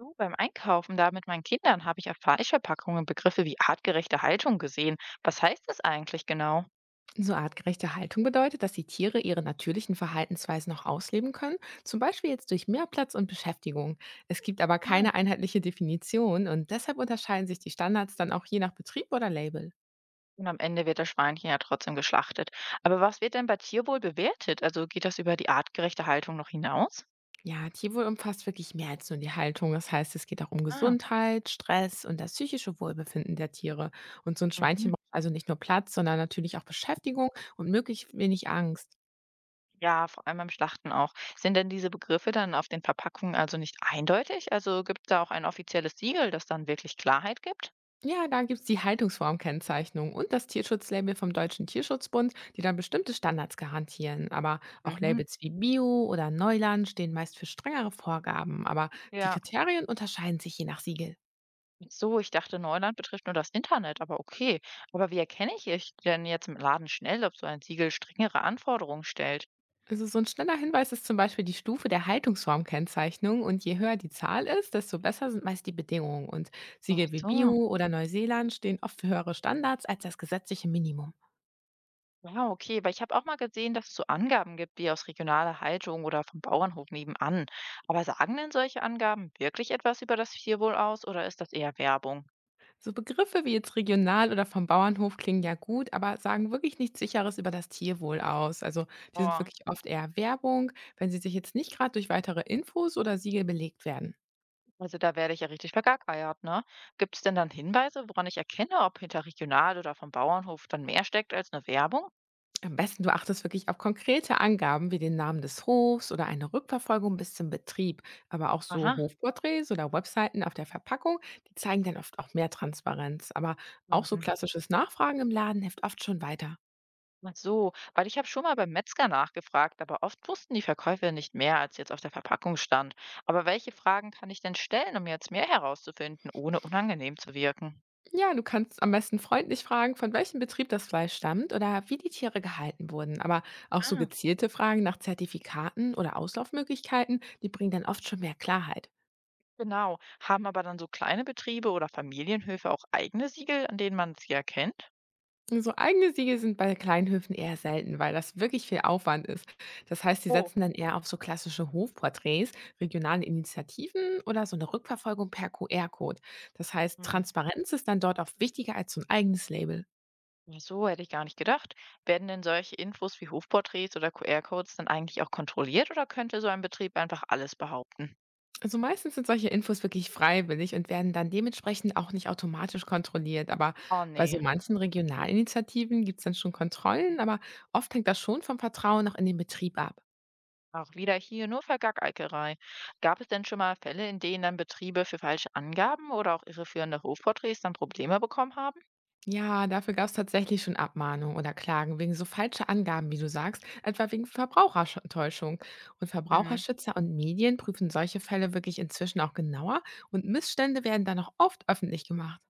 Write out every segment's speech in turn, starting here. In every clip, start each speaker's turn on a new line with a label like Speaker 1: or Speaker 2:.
Speaker 1: Du, beim Einkaufen da mit meinen Kindern habe ich auf Fleischverpackungen Begriffe wie artgerechte Haltung gesehen. Was heißt das eigentlich genau?
Speaker 2: So artgerechte Haltung bedeutet, dass die Tiere ihre natürlichen Verhaltensweisen noch ausleben können, zum Beispiel jetzt durch mehr Platz und Beschäftigung. Es gibt aber
Speaker 1: Ah.
Speaker 2: keine einheitliche Definition und deshalb unterscheiden sich die Standards dann auch je nach Betrieb oder Label.
Speaker 1: Und am Ende wird das Schweinchen ja trotzdem geschlachtet. Aber was wird denn bei Tierwohl bewertet? Also geht das über die artgerechte Haltung noch hinaus?
Speaker 2: Ja, Tierwohl umfasst wirklich mehr als nur die Haltung. Das heißt, es geht auch um
Speaker 1: Ah,
Speaker 2: Gesundheit, Stress und das psychische Wohlbefinden der Tiere. Und so ein Schweinchen
Speaker 1: mhm.
Speaker 2: braucht also nicht nur Platz, sondern natürlich auch Beschäftigung und möglichst wenig Angst.
Speaker 1: Ja, vor allem beim Schlachten auch. Sind denn diese Begriffe dann auf den Verpackungen also nicht eindeutig? Also gibt es da auch ein offizielles Siegel, das dann wirklich Klarheit gibt?
Speaker 2: Ja, da gibt's die Haltungsformkennzeichnung und das Tierschutzlabel vom Deutschen Tierschutzbund, die dann bestimmte Standards garantieren. Aber auch
Speaker 1: Mhm.
Speaker 2: Labels wie Bio oder Neuland stehen meist für strengere Vorgaben. Aber die
Speaker 1: Ja.
Speaker 2: Kriterien unterscheiden sich je nach Siegel.
Speaker 1: Ach so, ich dachte, Neuland betrifft nur das Internet, aber okay. Aber wie erkenne ich denn jetzt im Laden schnell, ob so ein Siegel strengere Anforderungen stellt?
Speaker 2: Also so ein schneller Hinweis ist zum Beispiel die Stufe der Haltungsformkennzeichnung und je höher die Zahl ist, desto besser sind meist die Bedingungen. Und
Speaker 1: Ach
Speaker 2: Siegel wie
Speaker 1: so,
Speaker 2: Bio oder Neuseeland stehen oft für höhere Standards als das gesetzliche Minimum.
Speaker 1: ja, okay. Aber ich habe auch mal gesehen, dass es so Angaben gibt, wie aus regionaler Haltung oder vom Bauernhof nebenan. Aber sagen denn solche Angaben wirklich etwas über das Tierwohl aus oder ist das eher Werbung?
Speaker 2: So Begriffe wie jetzt regional oder vom Bauernhof klingen ja gut, aber sagen wirklich nichts Sicheres über das Tierwohl aus. Also die sind
Speaker 1: Oh,
Speaker 2: wirklich oft eher Werbung, wenn sie sich jetzt nicht gerade durch weitere Infos oder Siegel belegt werden.
Speaker 1: also da werde ich ja richtig vergackeiert, ne? Gibt es denn dann Hinweise, woran ich erkenne, ob hinter regional oder vom Bauernhof dann mehr steckt als eine Werbung?
Speaker 2: Am besten du achtest wirklich auf konkrete Angaben wie den Namen des Hofs oder eine Rückverfolgung bis zum Betrieb. Aber auch so
Speaker 1: Aha.
Speaker 2: Hofporträts oder Webseiten auf der Verpackung, die zeigen dann oft auch mehr Transparenz. Aber auch so
Speaker 1: Mhm.
Speaker 2: klassisches Nachfragen im Laden hilft oft schon weiter.
Speaker 1: Ach so, weil ich habe schon mal beim Metzger nachgefragt, aber oft wussten die Verkäufer nicht mehr, als jetzt auf der Verpackung stand. Aber welche Fragen kann ich denn stellen, um jetzt mehr herauszufinden, ohne unangenehm zu wirken?
Speaker 2: Ja, du kannst am besten freundlich fragen, von welchem Betrieb das Fleisch stammt oder wie die Tiere gehalten wurden. Aber auch so
Speaker 1: Ah,
Speaker 2: gezielte Fragen nach Zertifikaten oder Auslaufmöglichkeiten, die bringen dann oft schon mehr Klarheit.
Speaker 1: genau. Haben aber dann so kleine Betriebe oder Familienhöfe auch eigene Siegel, an denen man sie erkennt?
Speaker 2: Und so eigene Siegel sind bei Kleinhöfen eher selten, weil das wirklich viel Aufwand ist. Das heißt, sie
Speaker 1: Oh,
Speaker 2: setzen dann eher auf so klassische Hofporträts, regionale Initiativen oder so eine Rückverfolgung per QR-Code. Das heißt,
Speaker 1: hm.
Speaker 2: Transparenz ist dann dort oft wichtiger als so ein eigenes Label.
Speaker 1: Ja, so hätte ich gar nicht gedacht. Werden denn solche Infos wie Hofporträts oder QR-Codes dann eigentlich auch kontrolliert oder könnte so ein Betrieb einfach alles behaupten?
Speaker 2: Also meistens sind solche Infos wirklich freiwillig und werden dann dementsprechend auch nicht automatisch kontrolliert. Aber
Speaker 1: Oh
Speaker 2: bei so
Speaker 1: nee.
Speaker 2: manchen Regionalinitiativen gibt es dann schon Kontrollen, aber oft hängt das schon vom Vertrauen noch in den Betrieb ab.
Speaker 1: Auch wieder hier nur Vergackerei. Gab es denn schon mal Fälle, in denen dann Betriebe für falsche Angaben oder auch irreführende Hofporträts dann Probleme bekommen haben?
Speaker 2: Ja, dafür gab es tatsächlich schon Abmahnungen oder Klagen wegen so falscher Angaben, wie du sagst, etwa wegen Verbrauchertäuschung. Und
Speaker 1: Mhm.
Speaker 2: Verbraucherschützer und Medien prüfen solche Fälle wirklich inzwischen auch genauer und Missstände werden dann auch oft öffentlich gemacht.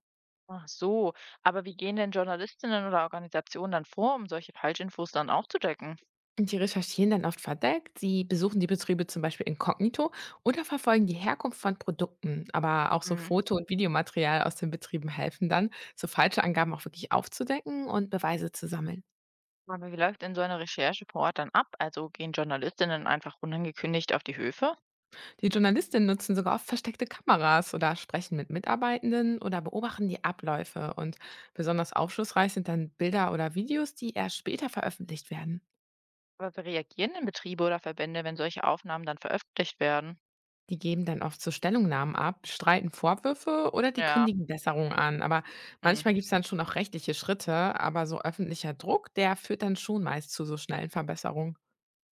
Speaker 1: Ach so, aber wie gehen denn Journalistinnen oder Organisationen dann vor, um solche Falschinfos dann aufzudecken?
Speaker 2: Und die recherchieren dann oft verdeckt. Sie besuchen die Betriebe zum Beispiel inkognito oder verfolgen die Herkunft von Produkten. Aber auch so
Speaker 1: Mhm.
Speaker 2: Foto- und Videomaterial aus den Betrieben helfen dann, so falsche Angaben auch wirklich aufzudecken und Beweise zu sammeln.
Speaker 1: Aber wie läuft denn so eine Recherche vor Ort dann ab? Also gehen Journalistinnen einfach unangekündigt auf die Höfe?
Speaker 2: Die Journalistinnen nutzen sogar oft versteckte Kameras oder sprechen mit Mitarbeitenden oder beobachten die Abläufe. Und besonders aufschlussreich sind dann Bilder oder Videos, die erst später veröffentlicht werden.
Speaker 1: Aber wie reagieren denn Betriebe oder Verbände, wenn solche Aufnahmen dann veröffentlicht werden?
Speaker 2: Die geben dann oft so Stellungnahmen ab, streiten Vorwürfe oder die
Speaker 1: Ja.
Speaker 2: kündigen Besserungen an. Aber
Speaker 1: Mhm.
Speaker 2: manchmal gibt es dann schon auch rechtliche Schritte, aber so öffentlicher Druck, der führt dann schon meist zu so schnellen Verbesserungen.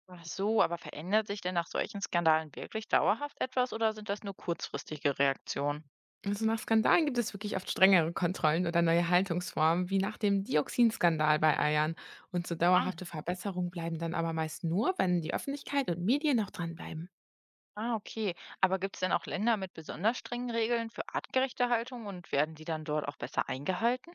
Speaker 1: Ach so, aber verändert sich denn nach solchen Skandalen wirklich dauerhaft etwas oder sind das nur kurzfristige Reaktionen?
Speaker 2: Also nach Skandalen gibt es wirklich oft strengere Kontrollen oder neue Haltungsformen, wie nach dem Dioxinskandal bei Eiern. Und so dauerhafte
Speaker 1: Ah,
Speaker 2: Verbesserungen bleiben dann aber meist nur, wenn die Öffentlichkeit und Medien noch dranbleiben.
Speaker 1: ah, okay. Aber gibt es denn auch Länder mit besonders strengen Regeln für artgerechte Haltung und werden die dann dort auch besser eingehalten?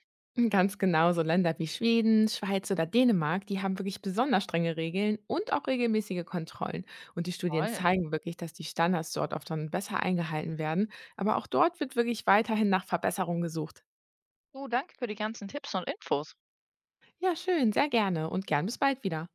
Speaker 2: Ganz genau, so Länder wie Schweden, Schweiz oder Dänemark, die haben wirklich besonders strenge Regeln und auch regelmäßige Kontrollen. Und die Studien
Speaker 1: Toll.
Speaker 2: zeigen wirklich, dass die Standards dort oft dann besser eingehalten werden. Aber auch dort wird wirklich weiterhin nach Verbesserungen gesucht.
Speaker 1: Du, danke für die ganzen Tipps und Infos.
Speaker 2: Ja, schön, sehr gerne und gern bis bald wieder.